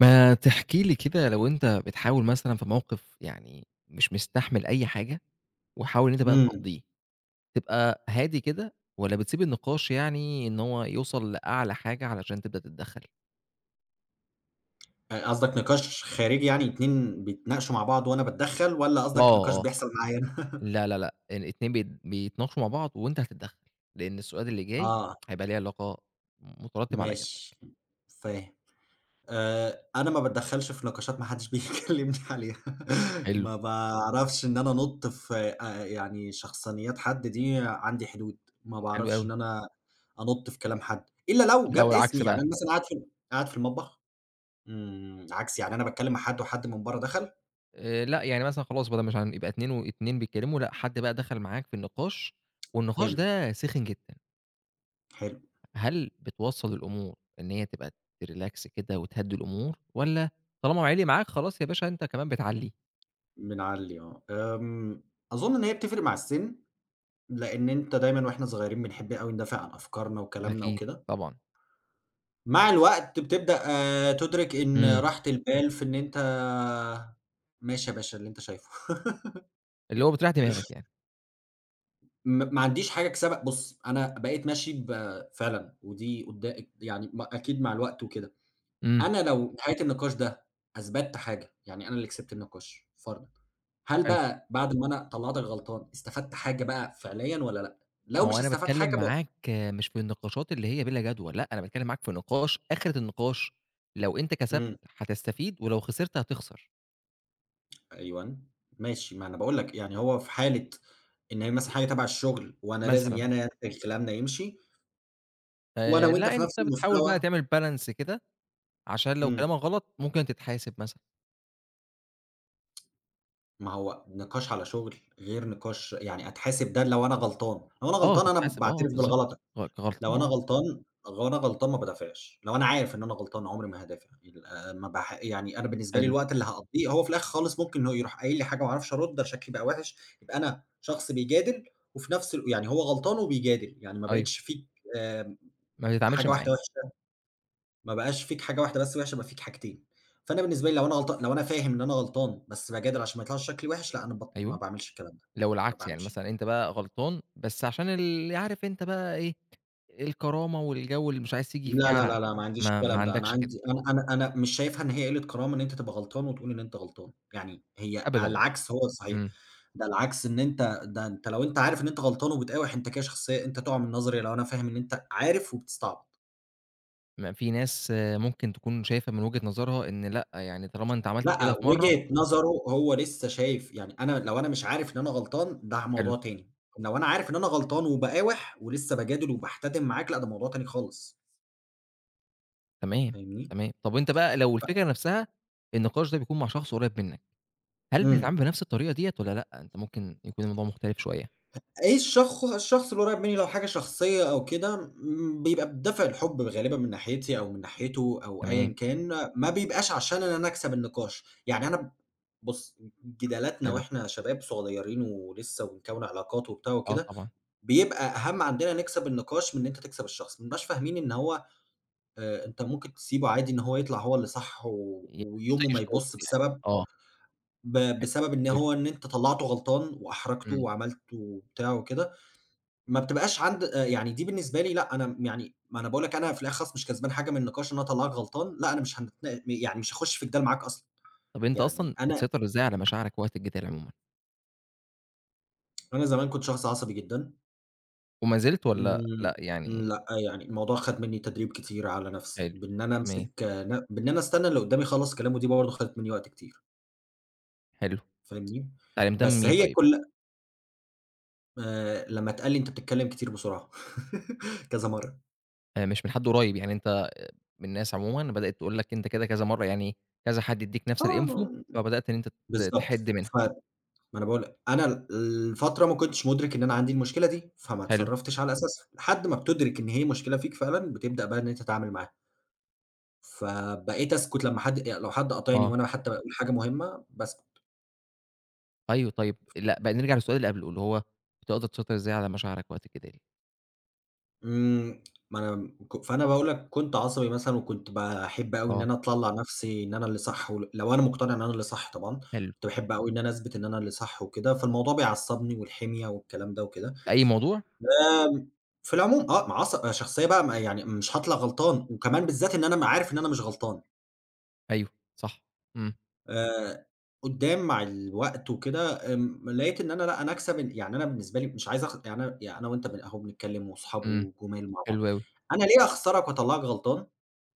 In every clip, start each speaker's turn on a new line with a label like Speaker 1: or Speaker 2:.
Speaker 1: ما تحكي لي كده لو أنت بتحاول مثلًا في موقف يعني مش مستحمل أي حاجة، وحاول إن أنت بقى
Speaker 2: إمم،
Speaker 1: تقضّيه، تبقى هادي كده والّا بتسيب النقاش يعني إن هو يوصل لأعلى حاجة علشان تبدأ تتدخّل؟
Speaker 2: قصدك نقاش خارجي يعني 2 بيتناقشوا مع بعض وأنا باتدخّل، والّا قصدك نقاش
Speaker 1: آه، آه.
Speaker 2: بيحصل معايا أنا؟
Speaker 1: لا، لا، لأ، الاتنين بيتناقشوا مع بعض وأنت هتتدخّل، لإن السؤال اللي جاي
Speaker 2: آه،
Speaker 1: هيبقى ليه علاقة مترتب على إجابتك.
Speaker 2: ماشي، فاهم. أنا ما باتدخّلش في نقاشات ما حدش بيكلّمني عليها.
Speaker 1: حلو.
Speaker 2: ما باعرفش إن أنا أنُط في يعني شخصانيات حد، دي عندي حدود. ما
Speaker 1: حلو
Speaker 2: باعرفش
Speaker 1: أوي.
Speaker 2: إن أنا أنُط في كلام حد، إلا لو
Speaker 1: طب
Speaker 2: جاب
Speaker 1: لو العكس
Speaker 2: اسمي، يعني
Speaker 1: بقى؟
Speaker 2: أنا مثلًا قاعد في ال قاعد في المطبخ. عكس يعني أنا باتكلّم مع حد وحد من برّه دخل.
Speaker 1: لأ، يعني مثلًا خلاص بدل مش يبقى 2 و2 بيتكلموا، لأ، حد بقى دخل معاك في النقاش والنقاش
Speaker 2: حلو،
Speaker 1: ده سِخِن جدًا.
Speaker 2: حلو.
Speaker 1: هل بتوصّل الأمور إن هي تبقى تريلاكس كده وتهدّي الأمور والّا طالما عِلي معاك خلاص يا باشا أنت كمان بتعلّيه؟
Speaker 2: بنعلّي آه. أظُن إن هي بتفرق مع السِن، لإن أنت دايمًا وإحنا صغيرين بنحب أوي ندافع عن أفكارنا وكلامنا
Speaker 1: أكيد
Speaker 2: وكده.
Speaker 1: طبعًا.
Speaker 2: مع الوقت بتبدأ تُدرِك إن
Speaker 1: إمم.
Speaker 2: راحة البال في إن أنت ماشي يا باشا اللي أنت شايفه.
Speaker 1: اللي هو بتريّح دماغك يعني.
Speaker 2: ما عنديش حاجة كسبق. بُص، أنا بقيت ماشي فعلًا، ودي قُدّا يعني أكيد مع الوقت وكده.
Speaker 1: إمم،
Speaker 2: أنا لو نهاية النقاش ده أثبتت حاجة، يعني أنا اللي كسبت النقاش فرضًا، هل
Speaker 1: حلو.
Speaker 2: بقى بعد ما أنا طلّعتك غلطان، استفدت حاجة بقى فعليًا والّا لأ؟
Speaker 1: ما
Speaker 2: لو
Speaker 1: هو
Speaker 2: مش
Speaker 1: أنا
Speaker 2: هاستفاد
Speaker 1: باتكلّم
Speaker 2: حاجة
Speaker 1: معاك آه، مش في النقاشات اللي هي بلا جدوى، لأ، أنا باتكلّم معاك في نقاش آخرة النقاش لو أنت كسبت
Speaker 2: إمم،
Speaker 1: هتستفيد ولو خسرت هتخسر.
Speaker 2: أيوًا، ماشي، ما أنا باقول لك يعني هو في حالة إن هي مثلًا حاجة تبع الشغل وأنا لازم يا
Speaker 1: مثلًا.
Speaker 2: أنا يا أنت كلامنا يمشي، وأنا وأنت
Speaker 1: لأ،
Speaker 2: في
Speaker 1: أنت
Speaker 2: نفس
Speaker 1: بتحاول بقى
Speaker 2: المستوى.
Speaker 1: تعمل balance كده عشان لو
Speaker 2: إمم،
Speaker 1: كلامك غلط ممكن تتحاسب مثلًا.
Speaker 2: ما هو نقاش على شغل غير نقاش يعني أتحاسب ده لو أنا غلطان، لو أنا
Speaker 1: آه،
Speaker 2: غلطان أنا
Speaker 1: تتحاسب آه،
Speaker 2: باعترف
Speaker 1: بالضبط.
Speaker 2: بالغلط. لو
Speaker 1: غلطان
Speaker 2: أنا
Speaker 1: آه.
Speaker 2: غلطان لو أنا غلطان ما بادافعش، لو أنا عارف إن أنا غلطان عمري ما هادافع. ال ما باح يعني أنا بالنسبة لي
Speaker 1: حلو.
Speaker 2: الوقت اللي هاقضّيه هو في الآخر خالص ممكن هو يروح قايل لي حاجة ما اعرفش أرُد، ده شكلي بقى وِحِش، يبقى أنا شخص بيجادل وفي نفس يعني هو غلطان وبيجادل، يعني ما
Speaker 1: أيوه.
Speaker 2: بقِتش فيك آمم
Speaker 1: ما بتتعاملش
Speaker 2: حاجة
Speaker 1: معاه،
Speaker 2: واحدة وِحشة. ما بقاش فيك حاجة واحدة بس وِحشة، بقى فيك حاجتين. فأنا بالنسبة لي لو أنا فاهم إن أنا غلطان بس باجادل عشان ما يطلعش شكلي وِحِش، لأ أنا ما
Speaker 1: أيوه،
Speaker 2: باعملش الكلام ده،
Speaker 1: لو
Speaker 2: ما
Speaker 1: العكس يعني
Speaker 2: باعملش.
Speaker 1: مثلًا أنت بقى غلطان، بس عشان عارف أنت بقى إيه، الكرامة والجو اللي مش عايز تيجي فيه
Speaker 2: لا، لا،
Speaker 1: على
Speaker 2: لا، لا، ما عنديش
Speaker 1: ما ما
Speaker 2: الكلام ده، أنا
Speaker 1: عندكش كده،
Speaker 2: عندي أنا أنا أنا مش شايفها إن هي قِلّة كرامة إن أنت تبقى غلطان وتقول إن أنت غلطان، يعني هي على
Speaker 1: أبدًا،
Speaker 2: العكس، هو صحيح.
Speaker 1: إمم،
Speaker 2: ده العكس، إن أنت ده أنت لو أنت عارف إن أنت غلطان وبتقاوح، أنت كده شخصية، أنت تُقع من نظري لو أنا فاهم إن أنت عارف وبتستعبط.
Speaker 1: ما في ناس ممكن تكون شايفة من وجهة نظرها إن لأ، يعني طالما أنت عملت كده
Speaker 2: لأ،
Speaker 1: في مرّة
Speaker 2: وجهة نظره هو لسه شايف، يعني أنا لو أنا مش عارف إن أنا غلطان ده
Speaker 1: حلو،
Speaker 2: موضوع تاني. لو أنا عارف إن أنا غلطان وباقاوح ولسه باجادل وباحتدم معاك لأ، ده موضوع تاني خالص.
Speaker 1: تمام،
Speaker 2: فاهمني؟
Speaker 1: تمام، طب أنت بقى لو الفكرة نفسها النقاش ده بيكون مع شخص قريب منك، هل بتتعامل
Speaker 2: إمم.
Speaker 1: بنفس الطريقة ديّة والّا لأ، أنت ممكن يكون الموضوع مختلف شوية؟
Speaker 2: إيه الشخص القريب مني لو حاجة شخصية أو كده، بيبقى بدافع الحب غالبًا من ناحيتي أو من ناحيته أو
Speaker 1: تمام،
Speaker 2: أيًا كان، ما بيبقاش عشان إن أنا أكسب النقاش، يعني أنا بُص، جدالاتنا
Speaker 1: حلو،
Speaker 2: وإحنا شباب صغيرين ولسه بنكوّن علاقات وبتاع
Speaker 1: آه
Speaker 2: وكده،
Speaker 1: طبعًا،
Speaker 2: بيبقى أهم عندنا نكسب النقاش من إن أنت تكسب الشخص، ما بنبقاش فاهمين إن هو أنت ممكن تسيبه عادي إن هو يطلع هو اللي صح
Speaker 1: يعني
Speaker 2: ويومه ما
Speaker 1: طيش تقصد
Speaker 2: يبُص
Speaker 1: يعني،
Speaker 2: بسبب
Speaker 1: آه، حتة
Speaker 2: بسبب إن
Speaker 1: الطيش
Speaker 2: هو إن
Speaker 1: طبعًا،
Speaker 2: أنت طلّعته غلطان وأحرجته
Speaker 1: إمم.
Speaker 2: وعملت وبتاع وكده. ما بتبقاش عند يعني دي بالنسبة لي لأ، أنا يعني ما أنا باقول لك أنا في الآخر خالص مش كسبان حاجة من النقاش إن أنا أطلّعك غلطان، لأ، أنا مش هنتنا يعني مش هاخش في جدال معاك أصلًا.
Speaker 1: طب أنت
Speaker 2: يعني
Speaker 1: أصلًا
Speaker 2: أنا
Speaker 1: بتسيطر إزاي على مشاعرك وقت الجدال عمومًا؟
Speaker 2: أنا زمان كنت شخص عصبي جدًا.
Speaker 1: وما زلت والّا
Speaker 2: إمم،
Speaker 1: لأ
Speaker 2: إمم،
Speaker 1: يعني
Speaker 2: لأ، يعني الموضوع خَد منّي تدريب كتير على نَفْسي،
Speaker 1: حلو،
Speaker 2: بإن أنا
Speaker 1: تمام،
Speaker 2: أمسك آه، ن بإن أنا أستنى اللي قدّامي يخلّص كلامه، دي برضه خَدت منّي وقت كتير.
Speaker 1: حلو.
Speaker 2: فاهمني؟
Speaker 1: اتعلمتها من
Speaker 2: بس
Speaker 1: مين
Speaker 2: هي
Speaker 1: طيب؟
Speaker 2: كل لمّا اتقال لي: "أنت بتتكلم كتير بسرعة." كذا مرّة.
Speaker 1: مش من حد قريب، يعني أنت من ناس عمومًا بدأت تقول لك أنت كده كذا مرّة يعني كذا حد يدّيك نفس الinfo
Speaker 2: آه،
Speaker 1: فبدأت إن أنت
Speaker 2: بالضبط.
Speaker 1: تحِد منها.
Speaker 2: ما أنا باقول لك، أنا الفترة ما كنتش مُدرك إن أنا عندي المشكلة دي، فما
Speaker 1: حلو،
Speaker 2: اتصرّفتش على أساسها، لحد ما بتُدرك إن هي مشكلة فيك فعلًا، بتبدأ بقى إن أنت تتعامل معاها. فبقيت أسكُت لمّا حد قاطعني،
Speaker 1: آه.
Speaker 2: وأنا حتى باقول حاجة مهمة باسكُت.
Speaker 1: أيوه طيب لأ بقى نرجع للسؤال اللي قبله، اللي هو بتقدر تسيطر إزاي على مشاعرك وقت الجدال؟
Speaker 2: إمم، ما أنا ك فأنا باقول لك كنت عصبي مثلًا، وكنت باحب أوي إن
Speaker 1: آه،
Speaker 2: أنا أطلّع نَفْسي إن أنا اللي صح لو أنا مقتنع إن أنا اللي صح طبعًا.
Speaker 1: حلو.
Speaker 2: كنت باحب أوي إن أنا أثبت إن أنا اللي صح وكده، فالموضوع بيعصّبني والحمية والكلام ده وكده.
Speaker 1: في أي موضوع؟
Speaker 2: آمم، في العموم آه، شخصية بقى ما يعني مش هاطلع غلطان، وكمان بالذات إن أنا عارف إن أنا مش غلطان.
Speaker 1: أيوه، صح. إمم،
Speaker 2: آآ، قدّام مع الوقت وكده لقيت إن أنا لأ، أنا أكسب يعني أنا بالنسبة لي مش عايز يعني أنا يعني أنا وأنت أهو بنتكلم وصحاب
Speaker 1: إمم،
Speaker 2: وجُمال مع بعض،
Speaker 1: حلو أوي،
Speaker 2: أنا ليه أخسرك وأطلّعك غلطان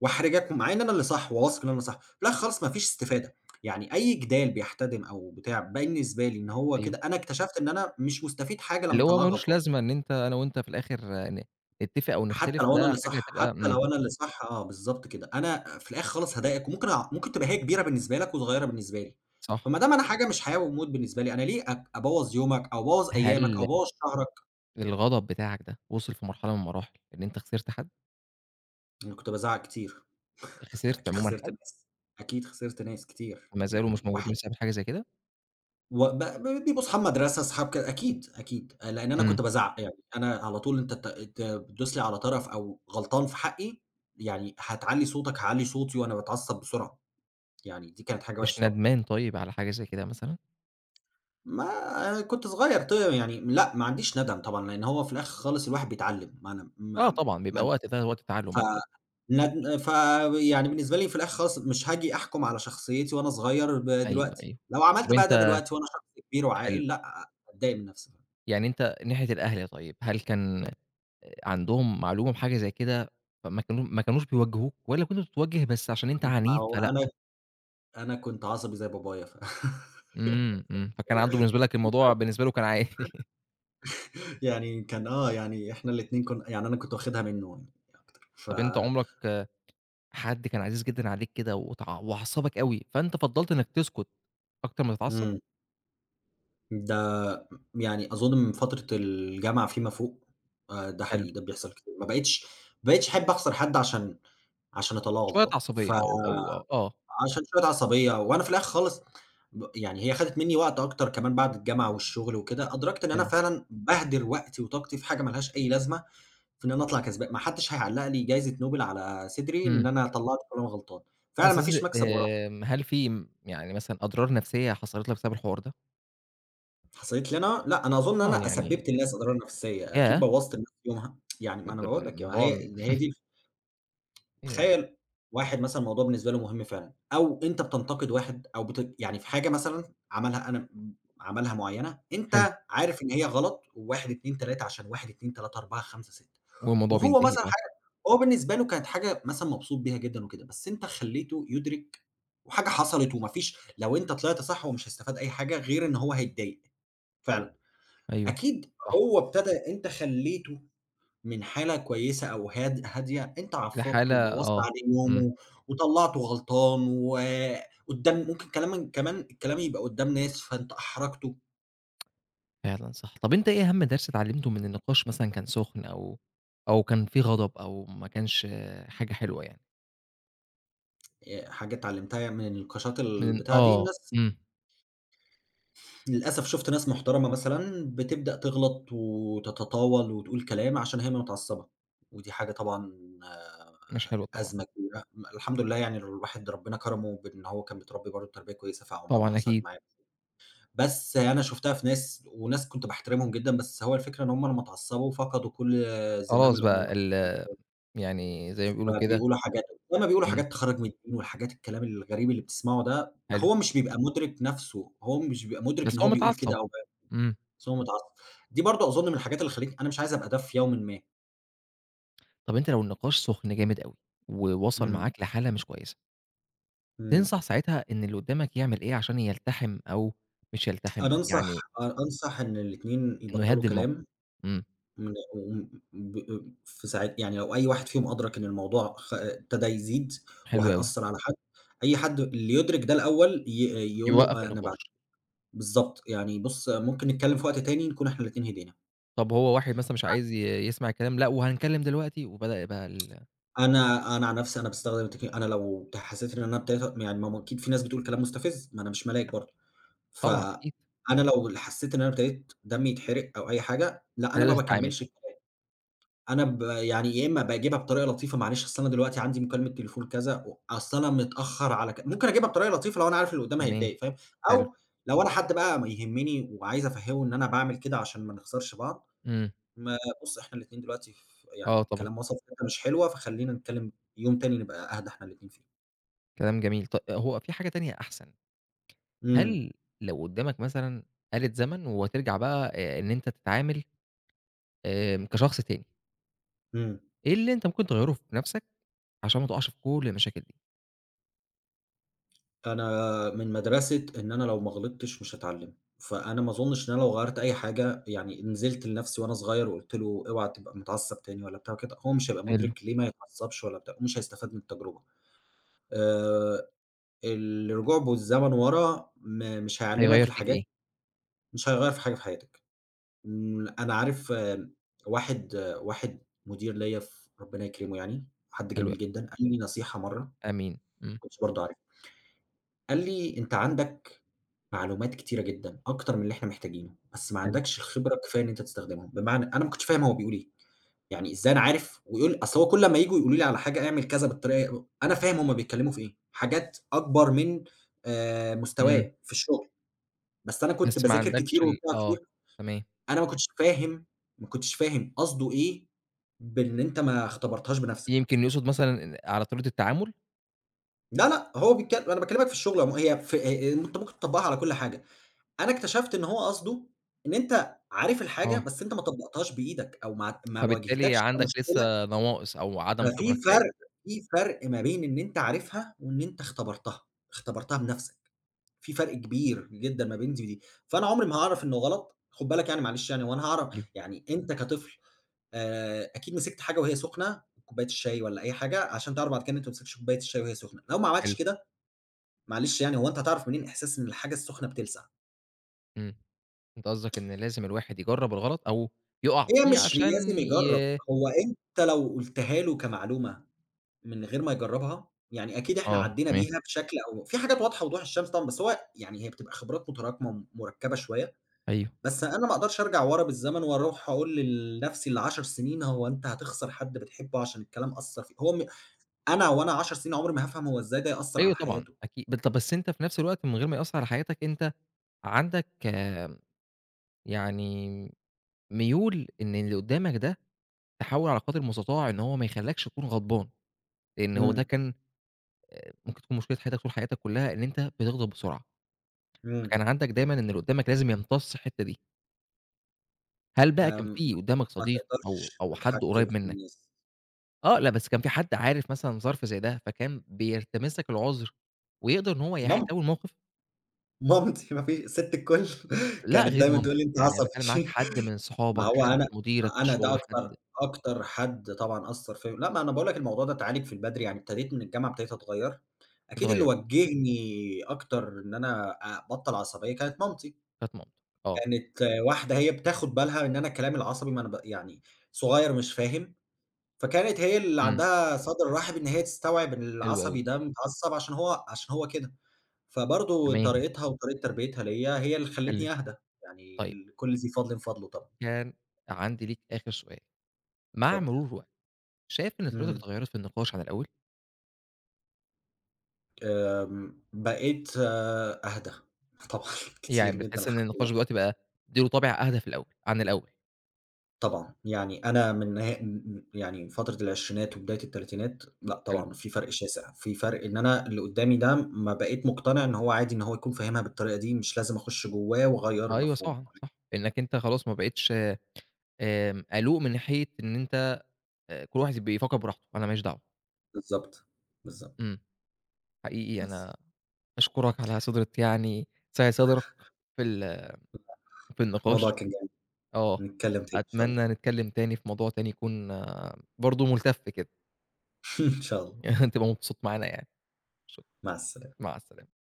Speaker 2: وأحرجك، ومع إن أنا اللي صح وواثق إن أنا صح، في الآخر خالص ما فيش استفادة، يعني أي جدال بيحتدم أو بتاع بالنسبة لي إن هو
Speaker 1: أيوه.
Speaker 2: كده أنا اكتشفت إن أنا مش مستفيد حاجة لمّا
Speaker 1: اللي هو ما
Speaker 2: أطلّعك
Speaker 1: لوش
Speaker 2: غلطان.
Speaker 1: لازمة إن أنت أنا وأنت في الآخر ن نتّفق أو
Speaker 2: حتى
Speaker 1: نختلف،
Speaker 2: لو أنا
Speaker 1: ده
Speaker 2: اللي
Speaker 1: حاجة
Speaker 2: صح،
Speaker 1: هتبقى
Speaker 2: حتى
Speaker 1: إمم،
Speaker 2: لو أنا اللي صح آه، بالضبط كده. أنا في الآخر خالص هاضايقك، وممكن أع ممكن تبقى هي كبيرة بالنسبة لك وصغيرة بالنسبة لي.
Speaker 1: صح.
Speaker 2: فما دام أنا حاجة مش حياة وموت بالنسبة لي، أنا ليه أبوّظ يومك أو أبوّظ أيامك أو
Speaker 1: هل
Speaker 2: أبوّظ شهرك؟
Speaker 1: الغضب بتاعك ده وصل في مرحلة من المراحل إن أنت خسرت حد،
Speaker 2: أنا كنت بازعّق كتير،
Speaker 1: خسرت
Speaker 2: فأكيد
Speaker 1: عمومًا
Speaker 2: خسرت
Speaker 1: حد
Speaker 2: ناس. أكيد خسرت ناس كتير،
Speaker 1: ما زالوا مش
Speaker 2: يعني
Speaker 1: موجودين
Speaker 2: واحد
Speaker 1: بسبب حاجة زي كده؟
Speaker 2: وب ب بيبقوا أصحاب مدرسة، أصحاب أكيد، أكيد. لإن أنا
Speaker 1: إمم،
Speaker 2: كنت بازعّق يعني، أنا على طول أنت ت ت بتدوس لي على طرف أو غلطان في حقي، يعني هتعلّي صوتك، هاعلّي صوتي وأنا باتعصب بسرعة. يعني دي كانت حاجة
Speaker 1: مش
Speaker 2: وحشة طبعًا.
Speaker 1: ندمان طيب على حاجة زي كده مثلًا؟
Speaker 2: ما أنا كنت صغير يعني لأ، ما عنديش ندم طبعًا، لإن هو في الآخر خالص الواحد بيتعلّم. ما أنا
Speaker 1: آه
Speaker 2: ما
Speaker 1: طبعًا، بيبقى
Speaker 2: ما
Speaker 1: وقت ده وقت تعلُّم
Speaker 2: ف
Speaker 1: أكيد.
Speaker 2: ند ف يعني بالنسبة لي في الآخر خالص مش هاجي أحكُم على شخصيتي وأنا صغير
Speaker 1: أيوه،
Speaker 2: دلوقتي،
Speaker 1: أيوه.
Speaker 2: لو
Speaker 1: طَب
Speaker 2: عملت بقى ده
Speaker 1: أنت
Speaker 2: دلوقتي وأنا شخص كبير
Speaker 1: حلو،
Speaker 2: وعاقل لأ، هاتضايق من نفسي.
Speaker 1: يعني أنت ناحية الأهل طيب، هل كان عندهم معلومة بحاجة زي كده فما كانو ما كانوش بيوجّهوك والّا كنت بتتوجّه بس عشان أنت
Speaker 2: ما
Speaker 1: عنيد
Speaker 2: هو
Speaker 1: فل
Speaker 2: أنا كنت عصبي زي بابايا
Speaker 1: إمم، إمم، فكان عنده بالنسبة لك الموضوع بالنسبة له كان عادي.
Speaker 2: يعني كان آه، يعني إحنا الاتنين يعني أنا كنت واخدها منّه يعني أكتر
Speaker 1: طب أنت عمرك حد كان عزيز جدًا عليك كده وتع وعصّبك أوي، فأنت فضّلت إنك تسكت أكتر ما تتعصّب؟
Speaker 2: إمم، ده يعني أظن من فترة الجامعة فيما فوق. ده
Speaker 1: حلو،
Speaker 2: حقيقي، ده بيحصل كتير. ما بقيتش أحب أخسر حد عشان أطلّعه
Speaker 1: شوية
Speaker 2: غلطان،
Speaker 1: عصبية
Speaker 2: فعشان
Speaker 1: أو أو أو آه،
Speaker 2: شوية عصبية وأنا في الآخر خالص يعني هي خدت منّي وقت أكتر كمان بعد الجامعة والشغل وكده. أدركت إن أنا
Speaker 1: حلو،
Speaker 2: فعلًا باهدر وقتي وطاقتي في حاجة ما لهاش أي لازمة في إن أنا أطلع كسبان، ما حدش هيعلّق لي جايزة نوبل على صدري إن
Speaker 1: إمم،
Speaker 2: أنا طلّعت قرار غلطان، فعلًا ما
Speaker 1: حاسس
Speaker 2: فيش مكسب ورا.
Speaker 1: هل في يعني مثلًا أضرار نفسية حصلت لك بسبب الحوار ده؟
Speaker 2: حصلت لي أنا؟ لأ، أنا أظن
Speaker 1: آه،
Speaker 2: أنا
Speaker 1: يعني
Speaker 2: أسبّبت للناس أضرار نفسيّة، أكيد
Speaker 1: ياه!
Speaker 2: بوّظت الناس يومها. يعني ما أنا
Speaker 1: للدر
Speaker 2: باقول لك ما
Speaker 1: الموضوع
Speaker 2: هي هي دي
Speaker 1: ياه!
Speaker 2: تخيّل واحد مثلًا الموضوع بالنسبة له مهم فعلًا، أو أنت بتنتقد واحد أو يعني في حاجة مثلًا عملها أنا م عملها معيّنة،
Speaker 1: حلو،
Speaker 2: أنت عارف إن هي غلط و1، 2، 3 عشان 1، 2، 3، 4، 5، 6
Speaker 1: والموضوع
Speaker 2: وهو
Speaker 1: بينتهي
Speaker 2: مثلًا
Speaker 1: آه،
Speaker 2: حاجة، هو بالنسبة له كانت حاجة مثلًا مبسوط بيها جدًا وكده، بس أنت خلّيته يُدرك وحاجة حصلت وما فيش، لو أنت طلعت صح هو مش هيستفاد أي حاجة غير إن هو هيتضايق فعلًا.
Speaker 1: أيوه،
Speaker 2: أكيد
Speaker 1: صح،
Speaker 2: هو ابتدى، أنت خلّيته من حالة كويسة أو هادية، أنت عفرتّه
Speaker 1: لحالة
Speaker 2: وبوّظت
Speaker 1: آه،
Speaker 2: عليه
Speaker 1: إمم.
Speaker 2: يومه وطلّعته غلطان، وقدّام ممكن كلامًا كمان الكلام يبقى قدّام ناس، فأنت أحرجته.
Speaker 1: فعلًا صح. طب أنت إيه أهم درس اتعلمته من النقاش مثلًا كان سُخن أو أو كان في غضب أو ما كانش آه، حاجة حلوة يعني؟
Speaker 2: حاجة اتعلمتها من النقاشات
Speaker 1: من
Speaker 2: البتاع دي،
Speaker 1: آه،
Speaker 2: الناس
Speaker 1: إمم،
Speaker 2: للأسف شُفت ناس محترمة مثلًا بتبدأ تغلط وتتطاول وتقول كلام عشان هي متعصبة، ودي حاجة طبعًا
Speaker 1: مش حلوة
Speaker 2: آه،
Speaker 1: طبعًا،
Speaker 2: أزمة كبيرة. الحمد لله يعني الواحد ربنا كرمه بإن هو كان متربي برضه تربية كويسة، فعمرها ما
Speaker 1: طبعًا
Speaker 2: حصلت
Speaker 1: أكيد.
Speaker 2: معاه. بس أنا شُفتها في ناس، وناس كنت باحترمهم جدًا، بس هو الفكرة إن هُم لمّا اتعصبوا فقدوا كل زمام
Speaker 1: خلاص بقى
Speaker 2: الأمور،
Speaker 1: ال يعني زي ما بيقولوا كده
Speaker 2: فبيقولوا حاجات، لمّا بيقولوا
Speaker 1: إمم،
Speaker 2: حاجات تخرّج من الدين والحاجات الكلام الغريب اللي بتسمعه ده،
Speaker 1: حلو،
Speaker 2: هو مش بيبقى مُدرك نَفْسه، هو مش بيبقى مُدرك إن
Speaker 1: بس هو
Speaker 2: هو بيقول كده
Speaker 1: متعصب.
Speaker 2: أو بقى-
Speaker 1: إمم.
Speaker 2: بس هو متعصب. دي برضه أظن من الحاجات اللي خلّتني أنا مش عايز أبقى ده في يومٍ ما.
Speaker 1: طب أنت لو النقاش سُخن جامد أوي ووصل
Speaker 2: إمم،
Speaker 1: معاك لحالة مش كويسة،
Speaker 2: إمم.
Speaker 1: تنصح ساعتها إن اللي قدامك يعمل إيه عشان يلتحم أو مش يلتحم،
Speaker 2: أنا أنصح
Speaker 1: يعني
Speaker 2: أ أنصح إن الاتنين
Speaker 1: إنه
Speaker 2: يبطّلوا
Speaker 1: يهدّي الموقف؟
Speaker 2: كلام
Speaker 1: إمم،
Speaker 2: من وم ب في ساعات، يعني لو أي واحد فيهم أدرك إن الموضوع ابتدى يزيد
Speaker 1: حلو أوي،
Speaker 2: وهيأثّر على حد، أي حد اللي يدرك ده الأول يقول له
Speaker 1: يوقّف
Speaker 2: آه، أنا
Speaker 1: النقاش.
Speaker 2: بعد بالضبط، يعني بُص ممكن نتكلّم في وقت تاني نكون إحنا الاتنين هدينا.
Speaker 1: طب هو واحد مثلًا مش عايز يسمع الكلام، لأ وهنتكلم دلوقتي، وبدأ يبقى
Speaker 2: أنا عن نفسي أنا باستخدم أنا لو حسيت إن أنا ابتديت، يعني ما هو أكيد في ناس بتقول كلام مستفز، ما أنا مش ملاك برضه.
Speaker 1: طبعًا
Speaker 2: فأنا
Speaker 1: أكيد
Speaker 2: لو حسيت إن أنا ابتديت دمي يتحرق أو أي حاجة، لأ أنا
Speaker 1: هتقدر
Speaker 2: ما
Speaker 1: تتعامل،
Speaker 2: باكمّلش. أنا يعني يا إمّا باجيبها بطريقة لطيفة معلش، أصل أنا دلوقتي عندي مكالمة تليفون كذا أصل أنا متأخّر على ممكن أجيبها بطريقة لطيفة لو أنا عارف اللي قدّامي
Speaker 1: تمام،
Speaker 2: هيتضايق، فاهم؟
Speaker 1: حلو،
Speaker 2: أو لو أنا حد بقى ما يهمّني وعايز أفهّمه إن أنا باعمل كده عشان ما نخسرش بعض،
Speaker 1: إمم،
Speaker 2: ما بُص إحنا الاتنين دلوقتي يعني
Speaker 1: آه طبعًا،
Speaker 2: الكلام وصل في حتّة مش حلوة، فخلّينا نتكلّم يوم تاني نبقى أهدى إحنا الاتنين فيه.
Speaker 1: كلام جميل. هو في حاجة تانية أحسن،
Speaker 2: إمم،
Speaker 1: هل لو قدامك مثلًا آلة زمن وترجع بقى إن أنت تتعامل كشخص تاني،
Speaker 2: إمم.
Speaker 1: إيه اللي أنت ممكن تغيّره في نَفْسك عشان ما تقعش في كل المشاكل دي؟
Speaker 2: أنا من مدرسة إن أنا لو ما غلطتش مش هاتعلّم. فأنا ما أظنّش إن أنا لو غيّرت أي حاجة، يعني نزلت لنفسي وأنا صغير وقُلت له اوعى تبقى متعصّب تاني ولا بتاع كده، هو مش هيبقى
Speaker 1: حلو،
Speaker 2: مُدرك ليه ما يتعصّبش ولا بتاع ومش هيستفاد من التجربة. آآ الرجوع بالزمن ورا مش
Speaker 1: هيغيّر
Speaker 2: هيعلّمك
Speaker 1: فيك
Speaker 2: الحاجات،
Speaker 1: إيه؟
Speaker 2: مش هيغيّر في حاجة في حياتك. أنا عارف آه، واحد مدير ليّا ربنا يكرمه يعني، حد
Speaker 1: حلو أوي،
Speaker 2: جميل جدًا، قال لي نصيحة مرّة ما
Speaker 1: آمين، إمم،
Speaker 2: كنتش برضه عارفها، قال لي: "أنت عندك معلومات كتيرة جدًا، أكتر من اللي إحنا محتاجينه، بس ما
Speaker 1: حلو،
Speaker 2: عندكش الخبرة الكفاية إن أنت تستخدمهم"، بمعنى أنا ما كنتش فاهم هو بيقول إيه، يعني إزاي أنا عارف، ويقول أصل هو كل أمّا ييجوا يقولوا لي على حاجة اعمل كذا بالطريقة أنا فاهم هم بيتكلموا في إيه، حاجات أكبر من
Speaker 1: إمم،
Speaker 2: مستوايا في الشغل، بس أنا كنت
Speaker 1: بس ما
Speaker 2: باذاكر
Speaker 1: عندكش
Speaker 2: كتير وبتاع كتير.
Speaker 1: آه، تمام،
Speaker 2: أنا ما كنتش فاهم قصده إيه، بإن أنت ما اختبرتهاش بنفسك.
Speaker 1: يمكن يقصد مثلًا إن على طريقة التعامل؟
Speaker 2: لا، لأ، هو بيتكل أنا باكلمك في الشغل هي في أنت ممكن تطبّقها على كل حاجة. أنا اكتشفت إن هو قصده إن أنت عارف الحاجة،
Speaker 1: آه.
Speaker 2: بس أنت ما طبّقتهاش بإيدك أو ما
Speaker 1: فبالتالي
Speaker 2: واجهتكش
Speaker 1: عندك
Speaker 2: كمشكلة.
Speaker 1: لسه نواقص أو عدم خبرة
Speaker 2: ففي فرق
Speaker 1: كفاية.
Speaker 2: في فرق ما بين إن أنت عارفها وإن أنت اختبرتها، اختبرتها بنَفْسك، في فرق كبير جدًا ما بين دي ودي. فأنا عمري ما هاعرف إنه غلط، خُد بالك يعني معلش يعني هو أنا
Speaker 1: حلو،
Speaker 2: هاعرف، يعني أنت كطفل أكيد مسكت حاجة وهي سخنة، كوباية الشاي والّا أي حاجة، عشان تعرف بعد كده إن أنت ما تمسكش كوباية الشاي وهي سخنة، لو ما عملتش
Speaker 1: حلو،
Speaker 2: كده معلش يعني هو أنت هتعرف منين إحساس إن الحاجة السخنة بتلسع؟
Speaker 1: إمم. أنت قصدك إن لازم الواحد يجرّب الغلط أو يُقع
Speaker 2: هي
Speaker 1: فيه
Speaker 2: مش لازم
Speaker 1: عشان
Speaker 2: يجرّب، هو أنت لو قُلتها له كمعلومة من غير ما يجرّبها، يعني أكيد إحنا
Speaker 1: آه،
Speaker 2: عدّينا
Speaker 1: تمام،
Speaker 2: بيها بشكل، أو في حاجات واضحة وضوح الشمس طبعًا، بس هو يعني هي بتبقى خبرات متراكمة ومُركّبة شوية.
Speaker 1: أيوه.
Speaker 2: بس أنا ما أقدرش أرجع ورا بالزمن وأروح أقول لنَفْسي الـ10 سنين، هو أنت هتخسر حد بتحبه عشان الكلام أثّر فيك. هو أنا وأنا 10 سنين عمري ما هافهم هو إزاي ده يأثّر
Speaker 1: أيوه
Speaker 2: على
Speaker 1: طبعًا،
Speaker 2: حياته.
Speaker 1: أكيد. طَب بس أنت في نفس الوقت من غير ما يأثّر على حياتك، أنت عندك يعني ميول إن اللي قدّامك ده تحاول على قدر المستطاع إن هو ما يخلّيكش تكون غضبان، لإن هو ده
Speaker 2: إمم،
Speaker 1: كان ممكن تكون مشكلة حياتك طول حياتك كُلّها إن أنت بتغضب بسرعة،
Speaker 2: إمم،
Speaker 1: فكان عندك دايمًا إن اللي قدّامك لازم يمتص الحتّة دي. هل بقى كان
Speaker 2: آمم،
Speaker 1: في قدّامك
Speaker 2: ما
Speaker 1: صديق أو
Speaker 2: تقدرش
Speaker 1: أو حد
Speaker 2: تتحكّم
Speaker 1: قريّب
Speaker 2: في
Speaker 1: منّك
Speaker 2: الناس.
Speaker 1: آه، لأ، بس كان في حد عارف مثلًا ظرف زي ده، فكان بيلتمس لك العُذر ويقدر إن هو
Speaker 2: مامتي.
Speaker 1: يحتوي الموقف؟
Speaker 2: مامتي ما في سِت الكل،
Speaker 1: لأ،
Speaker 2: كانت
Speaker 1: غير
Speaker 2: دايمًا
Speaker 1: مامتك،
Speaker 2: تقول لي: "أنت
Speaker 1: يعني أنا باتكلّم معاك
Speaker 2: عصبي."
Speaker 1: حد من
Speaker 2: ما
Speaker 1: صحابك،
Speaker 2: هو
Speaker 1: حد
Speaker 2: أنا
Speaker 1: مديرك في
Speaker 2: أنا ده
Speaker 1: الشغل، حد
Speaker 2: أكتر حد طبعًا أثّر فيّا. لأ، ما أنا باقول لك الموضوع ده اتعالج في البدري، يعني ابتديت من الجامعة ابتديت أتغيّر. أكيد اللي
Speaker 1: اتغيّرت،
Speaker 2: وجّهني أكتر إن أنا أبطّل عصبية كانت مامتي،
Speaker 1: كانت مامتك آه،
Speaker 2: كانت واحدة هي بتاخد بالها إن أنا كلامي العصبي ما أنا يعني صغير مش فاهم، فكانت هي اللي
Speaker 1: إمم،
Speaker 2: عندها صدر رحب إن هي تستوعب إن
Speaker 1: حلو
Speaker 2: العصبي
Speaker 1: أوي،
Speaker 2: ده متعصّب عشان هو كده. فبرضه
Speaker 1: تمام،
Speaker 2: طريقتها وطريقة تربيتها ليّا هي اللي
Speaker 1: حلو،
Speaker 2: خلّتني أهدى، يعني
Speaker 1: طيب
Speaker 2: كل ذي فضل فضله طبعًا.
Speaker 1: كان عندي ليك آخر سؤال، مع
Speaker 2: اتفضل.
Speaker 1: مرور الوقت شايف إن طريقتك
Speaker 2: إمم.
Speaker 1: اتغيّرت في النقاش عن الأول؟
Speaker 2: آمم بقيت آه، أهدى طبعًا، كتير
Speaker 1: يعني
Speaker 2: جدًا
Speaker 1: بتحس إن
Speaker 2: الحمد
Speaker 1: النقاش
Speaker 2: لله.
Speaker 1: دلوقتي بقى ادّي له طابع أهدى في الأول عن الأول،
Speaker 2: طبعًا. يعني أنا من نها م م يعني فترة العشرينات وبداية التلاتينات، لأ
Speaker 1: حلو.
Speaker 2: طبعًا في فرق شاسع، في فرق إن أنا اللي قدّامي ده ما بقيت مقتنع إن هو عادي إن هو يكون فاهمها بالطريقة دي، مش لازم أخُش جواه وأغيّر
Speaker 1: أيوه
Speaker 2: مفهومه.
Speaker 1: صح، صح. إنّك أنت خلاص ما بقيتش قلوق من ناحية إن أنت كل واحد بيفكّر براحته، أنا ما ليش دعوة.
Speaker 2: بالضبط، بالضبط.
Speaker 1: إمم، حقيقي
Speaker 2: بس.
Speaker 1: أنا أشكرك على سُدرة يعني سعة صدرك في ال في
Speaker 2: الموضوع
Speaker 1: النقاش.
Speaker 2: كان جميل،
Speaker 1: آه،
Speaker 2: نتكلم تاني إن شاء الله.
Speaker 1: أتمنى نتكلّم تاني في موضوع تاني يكون آه، برضه ملتَف كده،
Speaker 2: إن شاء الله.
Speaker 1: يعني تبقى مبسوط معانا يعني. شكرًا،
Speaker 2: مع السلامة
Speaker 1: مع السلامة.